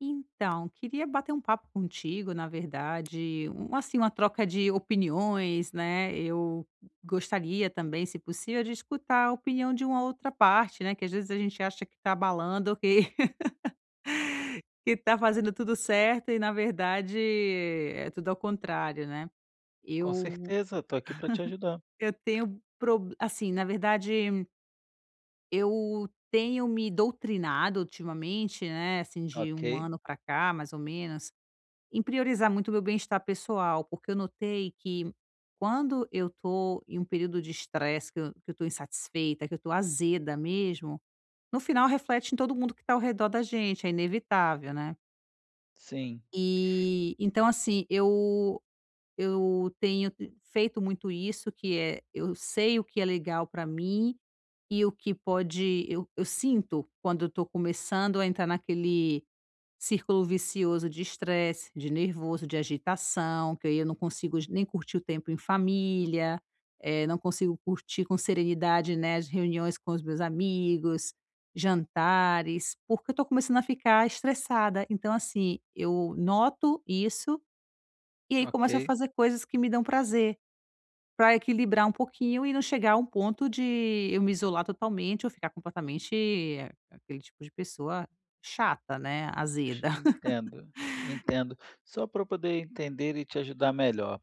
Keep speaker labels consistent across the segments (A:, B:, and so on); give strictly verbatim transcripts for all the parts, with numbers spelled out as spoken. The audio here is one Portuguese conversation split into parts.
A: Então, queria bater um papo contigo, na verdade, um, assim, uma troca de opiniões, né? Eu gostaria também, se possível, de escutar a opinião de uma outra parte, né? Que às vezes a gente acha que está balando, que, que tá fazendo tudo certo, e na verdade é tudo ao contrário, né?
B: Com
A: Eu,
B: certeza, estou aqui para te ajudar.
A: eu tenho, prob- assim, na verdade, eu tenho me doutrinado ultimamente, né? Assim, de
B: Ok.
A: um ano para cá, mais ou menos, em priorizar muito o meu bem-estar pessoal, porque eu notei que quando eu estou em um período de estresse, que eu estou insatisfeita, que eu estou azeda mesmo, no final reflete em todo mundo que está ao redor da gente, é inevitável, né.
B: Sim,
A: E, então assim, eu eu tenho t- feito muito isso, que é, eu sei o que é legal para mim e o que pode, eu eu sinto quando eu tô começando a entrar naquele círculo vicioso de estresse, de nervoso, de agitação, que aí eu não consigo nem curtir o tempo em família, eh, não consigo curtir com serenidade, né, as reuniões com os meus amigos, jantares, porque eu estou começando a ficar estressada. Então, assim, eu noto isso e aí
B: ok,
A: começo a fazer coisas que me dão prazer, para equilibrar um pouquinho e não chegar a um ponto de eu me isolar totalmente ou ficar completamente eh, aquele tipo de pessoa chata, né, azeda.
B: entendo, entendo. Só para eu poder entender e te ajudar melhor.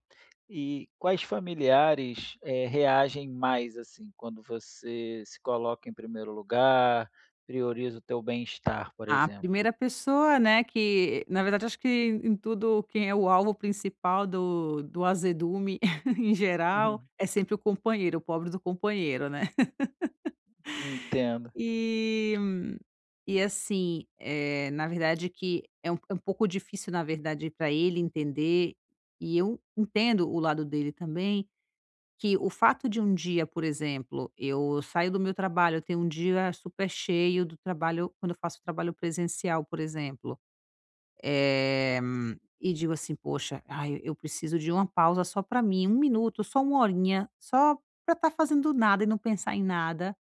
B: E quais familiares, eh, reagem mais assim quando você se coloca em primeiro lugar, prioriza o teu bem-estar, por
A: A
B: exemplo?
A: primeira pessoa, né, que na verdade acho que em tudo quem é o alvo principal do do azedume em geral,
B: Uhum,
A: é sempre o companheiro, o pobre do companheiro, né.
B: entendo,
A: E e assim, é na verdade que é um é um pouco difícil, na verdade, para ele entender, e eu entendo o lado dele também, que o fato de um dia, por exemplo, eu saio do meu trabalho, eu tenho um dia super cheio do trabalho quando eu faço trabalho presencial, por exemplo. Eh, e digo assim: "Poxa, ai, eu preciso de uma pausa só para mim, um minuto, só uma horinha, só para estar fazendo nada e não pensar em nada".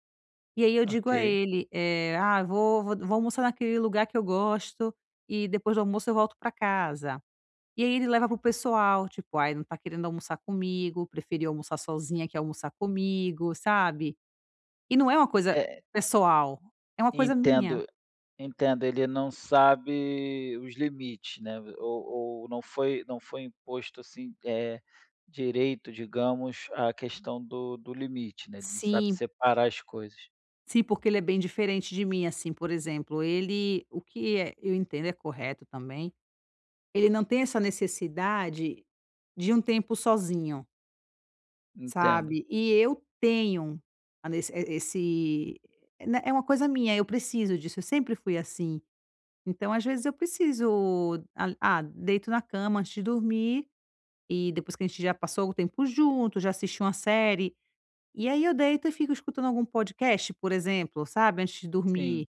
A: E aí eu digo
B: ok.
A: a ele, eh: "Ah, vou vou vou almoçar naquele lugar que eu gosto e depois do almoço eu volto para casa". E aí ele leva pro pessoal, tipo: "Ai, não tá querendo almoçar comigo, preferiu almoçar sozinha que almoçar comigo", sabe. E não é uma coisa
B: É,
A: pessoal, é uma coisa minha.
B: entendo. Entendo, ele não sabe os limites, né, ou ou não foi não foi imposto, assim, é direito, digamos, a questão do do limite, né, ele não sabe
A: Sim,
B: separar as coisas.
A: sim, porque ele é bem diferente de mim, assim, por exemplo, ele o que é eu entendo, é correto também, ele não tem essa necessidade de um tempo sozinho,
B: Entendo.
A: sabe. E eu tenho a nesse e esse é, né, é uma coisa minha, eu preciso disso, eu sempre fui assim. Então, às vezes, eu preciso a ah, deito na cama antes de dormir e depois que a gente já passou o tempo junto, já assistiu uma série, e aí eu deito e fico escutando algum podcast, por exemplo, sabe, antes de dormir.
B: Sim,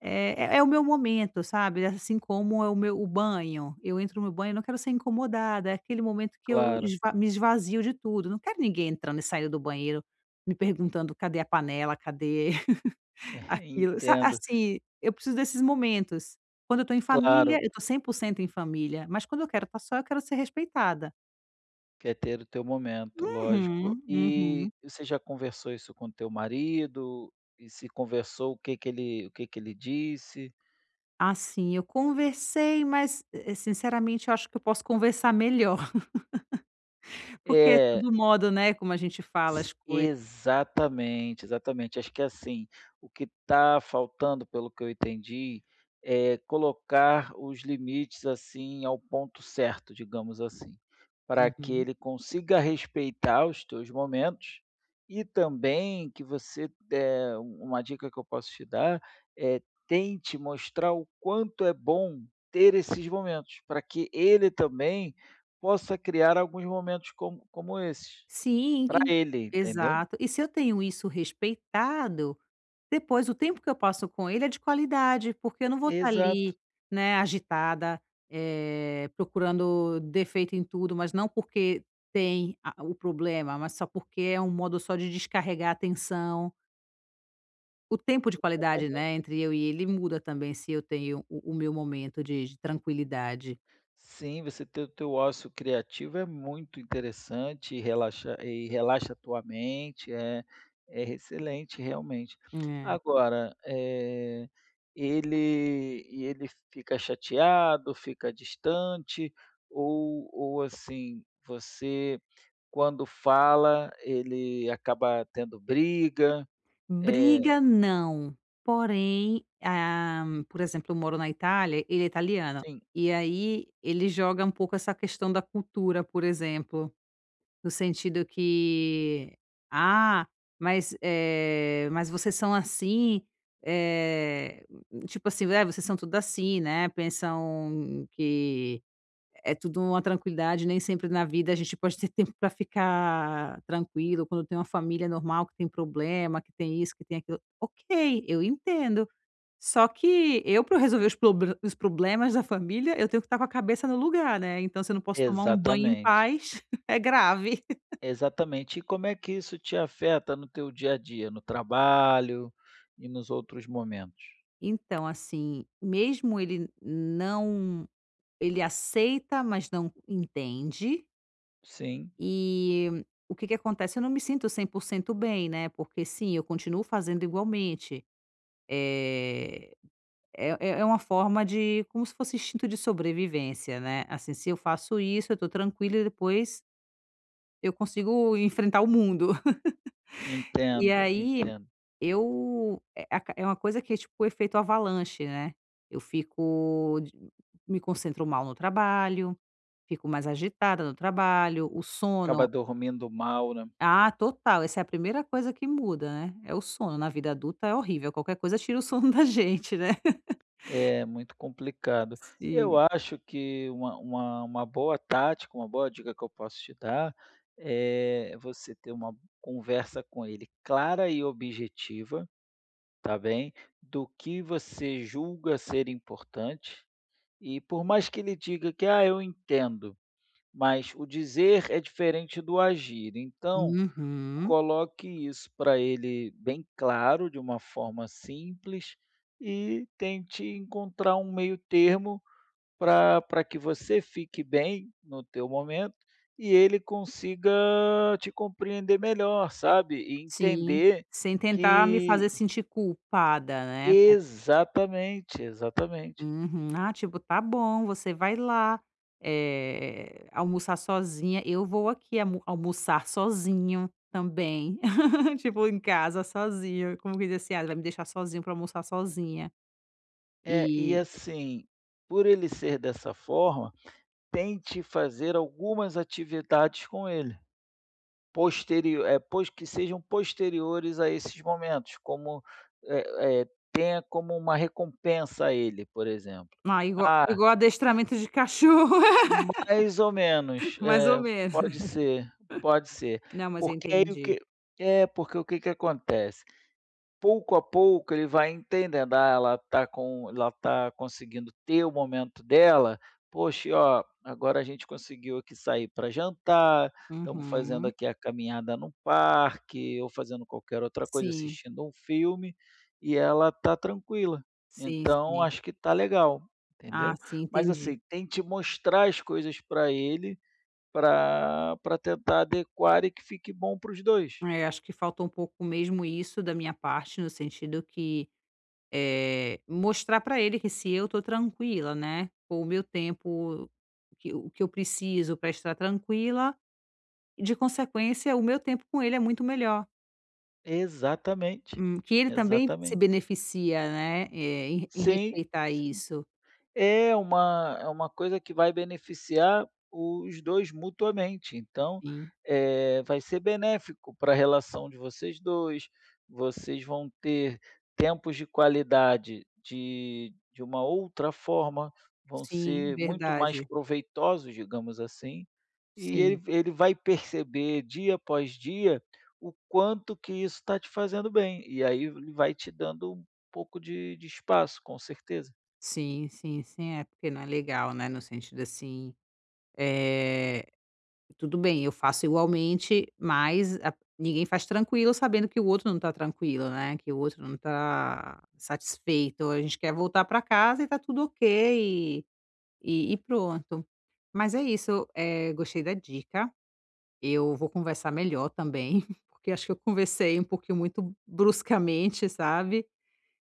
A: É é é o meu momento, sabe, assim como é o meu o banho, eu entro no banho, não quero ser incomodada, é aquele momento que eu
B: claro.
A: esva me esvazio de tudo, não quero ninguém entrando e saindo do banheiro, me perguntando: "Cadê a panela? Cadê aquilo?", sa
B: Entendo.
A: assim, eu preciso desses momentos. Quando eu estou em família,
B: Claro,
A: eu estou cento em família, mas quando eu quero estar só, eu quero ser respeitada.
B: quer ter o teu momento, lógico.
A: Uhum,
B: E
A: uhum.
B: você já conversou isso com o teu marido? E se conversou, o que que ele o que que ele disse?
A: Assim, eu conversei, mas, eh, sinceramente eu acho que eu posso conversar melhor, porque é
B: É.
A: tudo modo, né, como a gente fala as coisas.
B: Exatamente, exatamente. Acho que assim, o que está faltando, pelo que eu entendi, é colocar os limites assim ao ponto certo, digamos assim, para que
A: Uhum.
B: ele consiga respeitar os teus momentos e também que você, eh, um, uma dica que eu posso te dar é tente mostrar o quanto é bom ter esses momentos, para que ele também possa criar alguns momentos como, como esses
A: Sim,
B: para
A: e
B: ele, entendeu?
A: exato. E se eu tenho isso respeitado, depois o tempo que eu passo com ele é de qualidade, porque eu não vou estar
B: Exato.
A: ali, né, agitada, eh, procurando defeito em tudo, mas não porque tem a o problema, mas só porque é um modo só de descarregar a tensão. O tempo de qualidade,
B: Exatamente.
A: né, entre eu e ele muda também se eu tenho o o meu momento de de tranquilidade.
B: Sim, você ter o teu ócio criativo é muito interessante e relaxa e relaxa a tua mente, é é excelente realmente.
A: É.
B: Agora, eh, ele e ele fica chateado, fica distante ou ou, assim, você quando fala, ele acaba tendo briga? Eh,
A: Briga não, porém, ah, por exemplo, eu moro na Itália, ele é italiano,
B: sim,
A: e aí ele joga um pouco essa questão da cultura, por exemplo, no sentido que: "Ah, mas, eh, mas vocês são assim", eh, tipo assim, "É, vocês são tudo assim, né", pensam que é tudo uma tranquilidade, nem sempre na vida a gente pode ter tempo para ficar tranquilo, quando tem uma família normal que tem problema, que tem isso, que tem aquilo. Ok, eu entendo. Só que eu para resolver os proble os problemas da família, eu tenho que estar com a cabeça no lugar, né, então se eu não posso tomar um banho em
B: exatamente.
A: paz, é grave.
B: Exatamente. E como é que isso te afeta no teu dia a dia, no trabalho e nos outros momentos?
A: Então, assim, mesmo ele não ele aceita, mas não entende.
B: Sim,
A: E o que que acontece? Eu não me sinto cem por cento bem, né, porque sim, eu continuo fazendo igualmente. Eh, é é é uma forma de como se fosse instinto de sobrevivência, né, assim, se eu faço isso, eu tô tranquila e depois eu consigo enfrentar o mundo. E
B: entendo,
A: aí
B: entendo.
A: eu é aca é uma coisa que é tipo o efeito avalanche, né, eu fico de me concentro mal no trabalho, fico mais agitada no trabalho, o sono.
B: Acaba dormindo mal, né?
A: Ah, total, essa é a primeira coisa que muda, né, é o sono, na vida adulta é horrível, qualquer coisa tira o sono da gente, né.
B: É muito complicado. Eu
A: Sim.
B: acho que uma, uma, uma boa tática, uma boa dica que eu posso te dar é você ter uma conversa com ele clara e objetiva, tá bem? Do que você julga ser importante. E por mais que ele diga que, ah, eu entendo. Mas o dizer é diferente do agir, então
A: Uhum.
B: coloque isso para ele bem claro, de uma forma simples, e tente encontrar um meio termo para para que você fique bem no teu momento e ele consiga te compreender melhor, sabe, e
A: Sim,
B: entender
A: sem tentar me
B: que.
A: fazer sentir culpada, né, com.
B: Exatamente, exatamente.
A: Uhum. Ah, tipo: "Tá bom, você vai lá, eh, almoçar sozinha, eu vou aqui almo almoçar sozinho também", tipo, em casa sozinho, como quem diz assim: "Ah, vai me deixar sozinho pra almoçar sozinha".
B: É, e
A: E
B: assim, por ele ser dessa forma tente fazer algumas atividades com ele, posterior eh, pos que sejam posteriores a esses momentos, como, eh eh, tenha como uma recompensa a ele, por exemplo.
A: ah, igual
B: Ah,
A: igual adestramento de cachorro.
B: mais ou menos,
A: Mais ou
B: é,
A: menos.
B: pode ser, pode ser.
A: Não, mas eu
B: Porque aí o
A: entendi.
B: que é, porque o que que acontece? Pouco a pouco ele vai entendendo, ah, ela tá com ela tá conseguindo ter o momento dela. "Poxa, e ó, agora a gente conseguiu aqui sair para jantar, estamos fazendo
A: Uhum.
B: aqui a caminhada no parque", ou fazendo qualquer outra coisa,
A: Sim,
B: assistindo um filme, e ela tá tranquila.
A: sim,
B: Então
A: sim.
B: acho que tá legal,
A: Ah,
B: entendeu.
A: sim,
B: Mas
A: entendi.
B: assim, tente mostrar as coisas para ele, para para tentar adequar e que fique bom para os dois.
A: É, acho que falta um pouco mesmo isso da minha parte, no sentido que, eh, mostrar pra ele que se eu tô tranquila, né, com o meu tempo, que o que eu preciso pra estar tranquila, e de consequência, o meu tempo com ele é muito melhor.
B: Exatamente,
A: Hum, que ele também se
B: exatamente.
A: beneficia, né, eh, em em
B: Sim,
A: respeitar isso.
B: é uma é uma coisa que vai beneficiar os dois mutuamente, então,
A: Sim,
B: eh, vai ser benéfico para a relação de vocês dois. Vocês vão ter tempos de qualidade de de uma outra forma, vão
A: sim,
B: ser muito mais
A: verdade.
B: proveitosos, digamos assim, e
A: Sim.
B: ele ele vai perceber dia após dia o quanto que isso está te fazendo bem, e aí ele vai te dando um pouco de de espaço, com certeza.
A: Sim, sim, sim. É, porque não é legal, né, no sentido assim, eh, tudo bem, eu faço igualmente, mas a ninguém faz tranquilo sabendo que o outro não tá tranquilo, né, que o outro não tá satisfeito. A gente quer voltar para casa e tá tudo ok e e e pronto. Mas é isso, eh, gostei da dica. Eu vou conversar melhor também, porque acho que eu conversei um pouquinho muito bruscamente, sabe,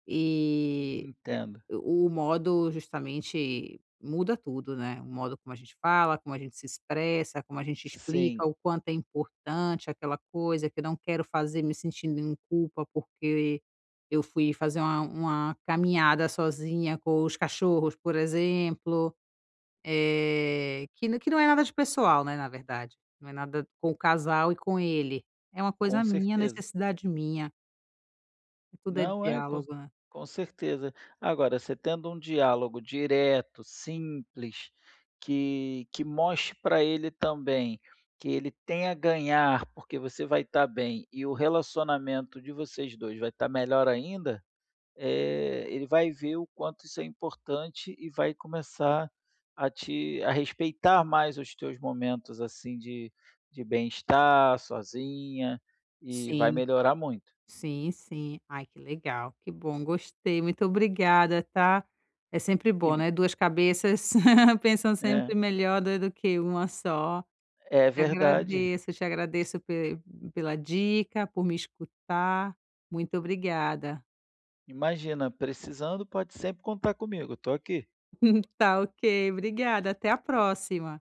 A: e
B: Entendo.
A: o modo justamente muda tudo, né, o modo como a gente fala, como a gente se expressa, como a gente explica
B: Sim,
A: o quanto é importante aquela coisa, que eu não quero fazer me sentindo em culpa porque eu fui fazer uma uma caminhada sozinha com os cachorros, por exemplo, eh, que n que não é nada de pessoal, né, na verdade, não é nada com o casal e com ele, é uma
B: com
A: coisa minha,
B: certeza.
A: necessidade minha, tudo é
B: Não, é, com
A: diálogo, né.
B: com certeza. Agora, você tendo um diálogo direto, simples, que que mostre para ele também que ele tem a ganhar, porque você vai estar bem e o relacionamento de vocês dois vai estar melhor ainda. Eh, ele vai ver o quanto isso é importante e vai começar a te a respeitar mais os teus momentos, assim, de de bem-estar, sozinha, e vai
A: Sim.
B: melhorar muito.
A: Sim, sim. Ai, que legal, que bom, gostei, muito obrigada, tá. É sempre
B: E
A: bom, né, duas cabeças pensam
B: é,
A: sempre melhor do do que uma só.
B: é
A: Te
B: verdade.
A: agradeço, te agradeço pe pela dica, por me escutar. Muito obrigada.
B: Imagina, precisando pode sempre contar comigo, estou aqui.
A: Tá ok, obrigada, até a próxima.